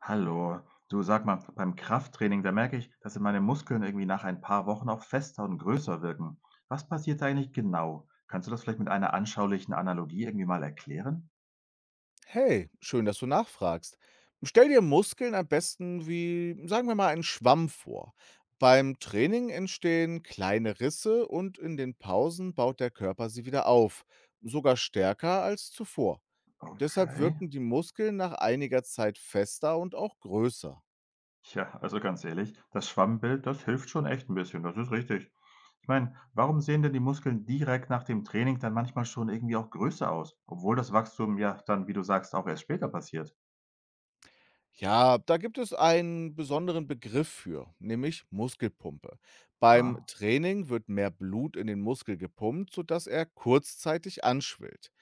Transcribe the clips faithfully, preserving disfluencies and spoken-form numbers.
Hallo. Du, sag mal, beim Krafttraining, da merke ich, dass meine Muskeln irgendwie nach ein paar Wochen auch fester und größer wirken. Was passiert da eigentlich genau? Kannst du das vielleicht mit einer anschaulichen Analogie irgendwie mal erklären? Hey, schön, dass du nachfragst. Stell dir Muskeln am besten wie, sagen wir mal, einen Schwamm vor. Beim Training entstehen kleine Risse und in den Pausen baut der Körper sie wieder auf, sogar stärker als zuvor. Deshalb Okay. wirken die Muskeln nach einiger Zeit fester und auch größer. Ja, also ganz ehrlich, das Schwammbild, das hilft schon echt ein bisschen, das ist richtig. Ich meine, warum sehen denn die Muskeln direkt nach dem Training dann manchmal schon irgendwie auch größer aus, obwohl das Wachstum ja dann, wie du sagst, auch erst später passiert? Ja, da gibt es einen besonderen Begriff für, nämlich Muskelpumpe. Beim Ah, Training wird mehr Blut in den Muskel gepumpt, sodass er kurzzeitig anschwillt.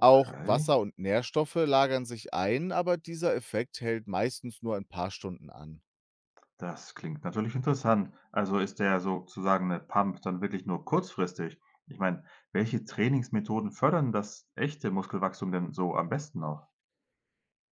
Auch Wasser und Nährstoffe lagern sich ein, aber dieser Effekt hält meistens nur ein paar Stunden an. Das klingt natürlich interessant. Also ist der sozusagen eine Pump dann wirklich nur kurzfristig? Ich meine, welche Trainingsmethoden fördern das echte Muskelwachstum denn so am besten noch?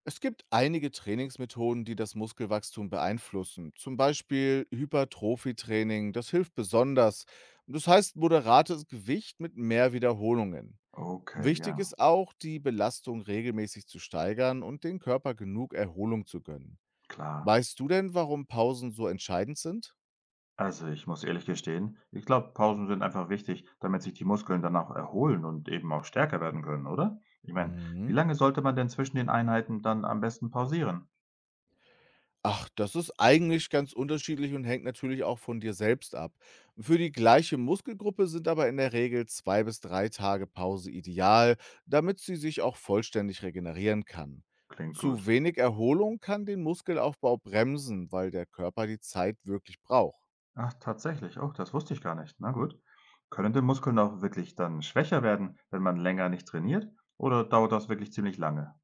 Es gibt einige Trainingsmethoden, die das Muskelwachstum beeinflussen. Zum Beispiel Hypertrophietraining, das hilft besonders. Das heißt moderates Gewicht mit mehr Wiederholungen. Okay, Wichtig ja, ist auch, die Belastung regelmäßig zu steigern und den Körper genug Erholung zu gönnen. klar. Weißt du denn, warum Pausen so entscheidend sind? Also ich muss ehrlich gestehen, ich glaube, Pausen sind einfach wichtig, damit sich die Muskeln dann auch erholen und eben auch stärker werden können, oder? Ich meine, wie Mhm. lange sollte man denn zwischen den Einheiten dann am besten pausieren? Ach, das ist eigentlich ganz unterschiedlich und hängt natürlich auch von dir selbst ab. Für die gleiche Muskelgruppe sind aber in der Regel zwei bis drei Tage Pause ideal, damit sie sich auch vollständig regenerieren kann. Klingt Zu gut. wenig Erholung kann den Muskelaufbau bremsen, weil der Körper die Zeit wirklich braucht. Ach, tatsächlich. Oh, das wusste ich gar nicht. Na gut. Können denn Muskeln auch wirklich dann schwächer werden, wenn man länger nicht trainiert? Oder dauert das wirklich ziemlich lange?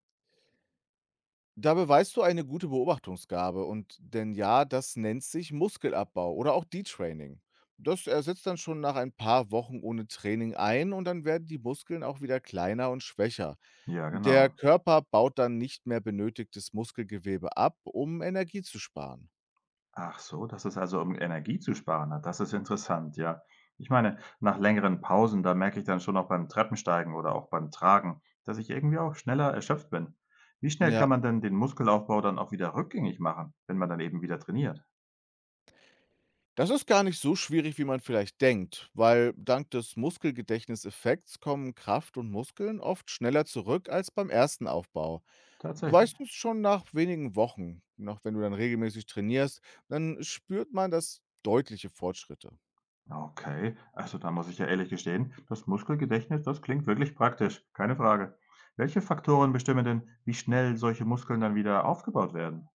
Da beweist du eine gute Beobachtungsgabe und denn ja, das nennt sich Muskelabbau oder auch Detraining. Das ersetzt dann schon nach ein paar Wochen ohne Training ein und dann werden die Muskeln auch wieder kleiner und schwächer. Ja, Der genau. Körper baut dann nicht mehr benötigtes Muskelgewebe ab, um Energie zu sparen. Ach so, das ist also um Energie zu sparen. Na, das ist interessant, ja. Ich meine, nach längeren Pausen, da merke ich dann schon auch beim Treppensteigen oder auch beim Tragen, dass ich irgendwie auch schneller erschöpft bin. Wie schnell kann Ja. man denn den Muskelaufbau dann auch wieder rückgängig machen, wenn man dann eben wieder trainiert? Das ist gar nicht so schwierig, wie man vielleicht denkt, weil dank des Muskelgedächtniseffekts kommen Kraft und Muskeln oft schneller zurück als beim ersten Aufbau. Weißt Tatsächlich. du es schon nach wenigen Wochen, noch wenn du dann regelmäßig trainierst, dann spürt man das deutliche Fortschritte. Okay, also da muss ich ja ehrlich gestehen, das Muskelgedächtnis, das klingt wirklich praktisch, keine Frage. Welche Faktoren bestimmen denn, wie schnell solche Muskeln dann wieder aufgebaut werden?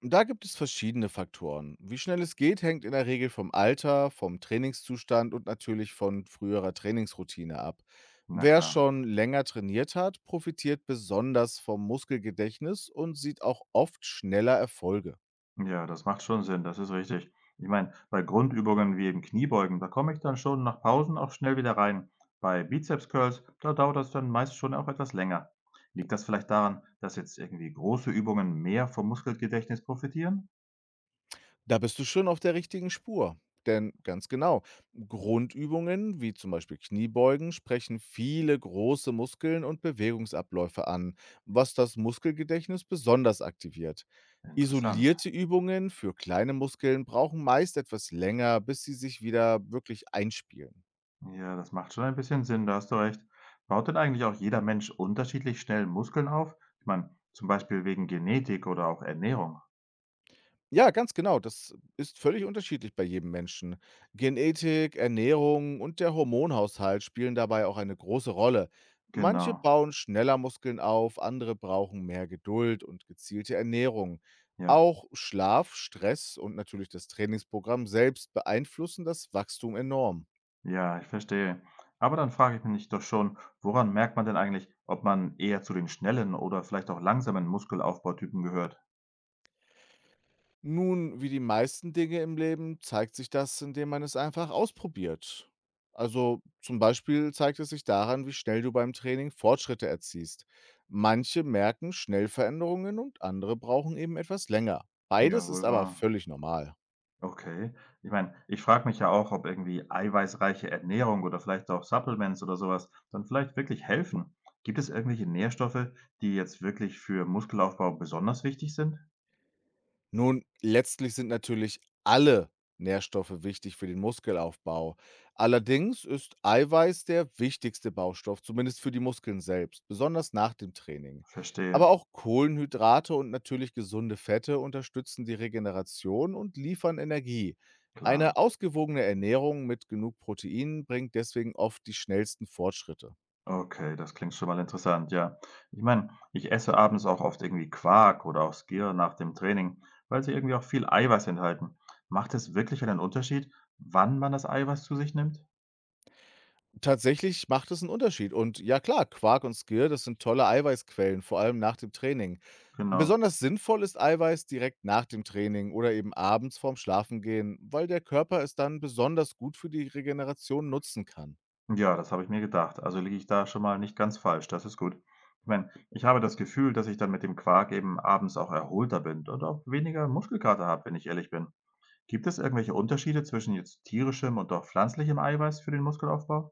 Da gibt es verschiedene Faktoren. Wie schnell es geht, hängt in der Regel vom Alter, vom Trainingszustand und natürlich von früherer Trainingsroutine ab. Na Wer klar. schon länger trainiert hat, profitiert besonders vom Muskelgedächtnis und sieht auch oft schneller Erfolge. Ja, das macht schon Sinn, das ist richtig. Ich meine, bei Grundübungen wie eben Kniebeugen, da komme ich dann schon nach Pausen auch schnell wieder rein. Bei Bizeps-Curls, da dauert das dann meist schon auch etwas länger. Liegt das vielleicht daran, dass jetzt irgendwie große Übungen mehr vom Muskelgedächtnis profitieren? Da bist du schon auf der richtigen Spur. Denn ganz genau, Grundübungen wie zum Beispiel Kniebeugen sprechen viele große Muskeln und Bewegungsabläufe an, was das Muskelgedächtnis besonders aktiviert. Interessant. Isolierte Übungen für kleine Muskeln brauchen meist etwas länger, bis sie sich wieder wirklich einspielen. Ja, das macht schon ein bisschen Sinn, da hast du recht. Baut denn eigentlich auch jeder Mensch unterschiedlich schnell Muskeln auf? Ich meine, zum Beispiel wegen Genetik oder auch Ernährung. Ja, ganz genau. Das ist völlig unterschiedlich bei jedem Menschen. Genetik, Ernährung und der Hormonhaushalt spielen dabei auch eine große Rolle. Manche Genau, bauen schneller Muskeln auf, andere brauchen mehr Geduld und gezielte Ernährung. ja, Auch Schlaf, Stress und natürlich das Trainingsprogramm selbst beeinflussen das Wachstum enorm. ja, ich verstehe. Aber dann frage ich mich doch schon, woran merkt man denn eigentlich, ob man eher zu den schnellen oder vielleicht auch langsamen Muskelaufbautypen gehört? Nun, wie die meisten Dinge im Leben zeigt sich das, indem man es einfach ausprobiert. Also zum Beispiel zeigt es sich daran, wie schnell du beim Training Fortschritte erziehst. Manche merken schnell Veränderungen und andere brauchen eben etwas länger. Ja, Beides ist wohl aber wahr. völlig normal. Okay. Ich meine, ich frage mich ja auch, ob irgendwie eiweißreiche Ernährung oder vielleicht auch Supplements oder sowas dann vielleicht wirklich helfen. Gibt es irgendwelche Nährstoffe, die jetzt wirklich für Muskelaufbau besonders wichtig sind? Nun, letztlich sind natürlich alle Nährstoffe wichtig für den Muskelaufbau. Allerdings ist Eiweiß der wichtigste Baustoff, zumindest für die Muskeln selbst, besonders nach dem Training. Aber Verstehe. auch Kohlenhydrate und natürlich gesunde Fette unterstützen die Regeneration und liefern Energie. Klar. Eine ausgewogene Ernährung mit genug Proteinen bringt deswegen oft die schnellsten Fortschritte. Okay, das klingt schon mal interessant, ja. Ich meine, ich esse abends auch oft irgendwie Quark oder auch Skyr nach dem Training, weil sie irgendwie auch viel Eiweiß enthalten. Macht es wirklich einen Unterschied, wann man das Eiweiß zu sich nimmt? Tatsächlich macht es einen Unterschied und ja klar, Quark und Skir, das sind tolle Eiweißquellen, vor allem nach dem Training. Genau. Besonders sinnvoll ist Eiweiß direkt nach dem Training oder eben abends vorm Schlafengehen, weil der Körper es dann besonders gut für die Regeneration nutzen kann. Ja, das habe ich mir gedacht. Also liege ich da schon mal nicht ganz falsch. Das ist gut. Ich meine, ich habe das Gefühl, dass ich dann mit dem Quark eben abends auch erholter bin oder auch weniger Muskelkater habe, wenn ich ehrlich bin. Gibt es irgendwelche Unterschiede zwischen jetzt tierischem und auch pflanzlichem Eiweiß für den Muskelaufbau?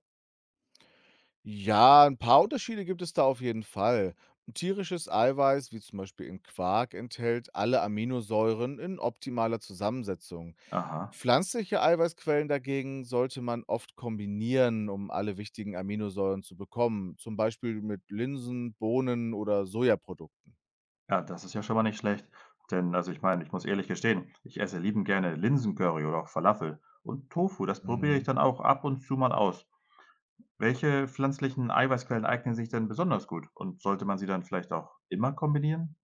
Ja, ein paar Unterschiede gibt es da auf jeden Fall. Tierisches Eiweiß, wie zum Beispiel in Quark, enthält alle Aminosäuren in optimaler Zusammensetzung. Aha. Pflanzliche Eiweißquellen dagegen sollte man oft kombinieren, um alle wichtigen Aminosäuren zu bekommen, zum Beispiel mit Linsen, Bohnen oder Sojaprodukten. Ja, das ist ja schon mal nicht schlecht. Denn, also ich meine, ich muss ehrlich gestehen, ich esse liebend gerne Linsencurry oder auch Falafel. Und Tofu, das probiere ich Mhm. dann auch ab und zu mal aus. Welche pflanzlichen Eiweißquellen eignen sich denn besonders gut? Und sollte man sie dann vielleicht auch immer kombinieren?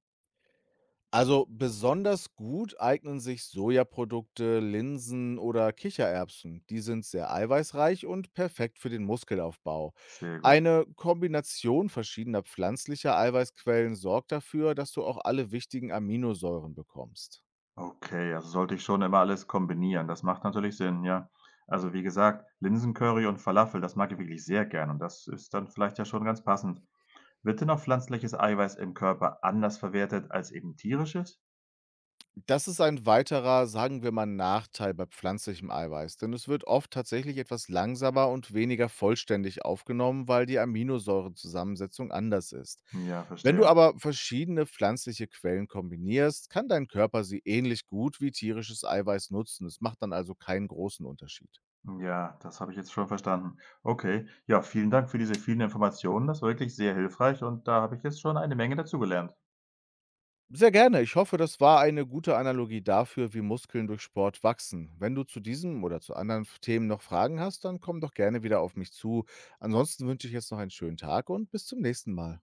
Also besonders gut eignen sich Sojaprodukte, Linsen oder Kichererbsen. Die sind sehr eiweißreich und perfekt für den Muskelaufbau. Sehr gut. Eine Kombination verschiedener pflanzlicher Eiweißquellen sorgt dafür, dass du auch alle wichtigen Aminosäuren bekommst. Okay, also sollte ich schon immer alles kombinieren. Das macht natürlich Sinn, ja. Also wie gesagt, Linsencurry und Falafel, das mag ich wirklich sehr gern und das ist dann vielleicht ja schon ganz passend. Wird denn auch pflanzliches Eiweiß im Körper anders verwertet als eben tierisches? Das ist ein weiterer, sagen wir mal, Nachteil bei pflanzlichem Eiweiß, denn es wird oft tatsächlich etwas langsamer und weniger vollständig aufgenommen, weil die Aminosäurezusammensetzung anders ist. Ja, Wenn du verstehe. aber verschiedene pflanzliche Quellen kombinierst, kann dein Körper sie ähnlich gut wie tierisches Eiweiß nutzen. Es macht dann also keinen großen Unterschied. Ja, das habe ich jetzt schon verstanden. Okay, ja, vielen Dank für diese vielen Informationen. Das war wirklich sehr hilfreich und da habe ich jetzt schon eine Menge dazugelernt. Sehr gerne. Ich hoffe, das war eine gute Analogie dafür, wie Muskeln durch Sport wachsen. Wenn du zu diesem oder zu anderen F- Themen noch Fragen hast, dann komm doch gerne wieder auf mich zu. Ansonsten wünsche ich jetzt noch einen schönen Tag und bis zum nächsten Mal.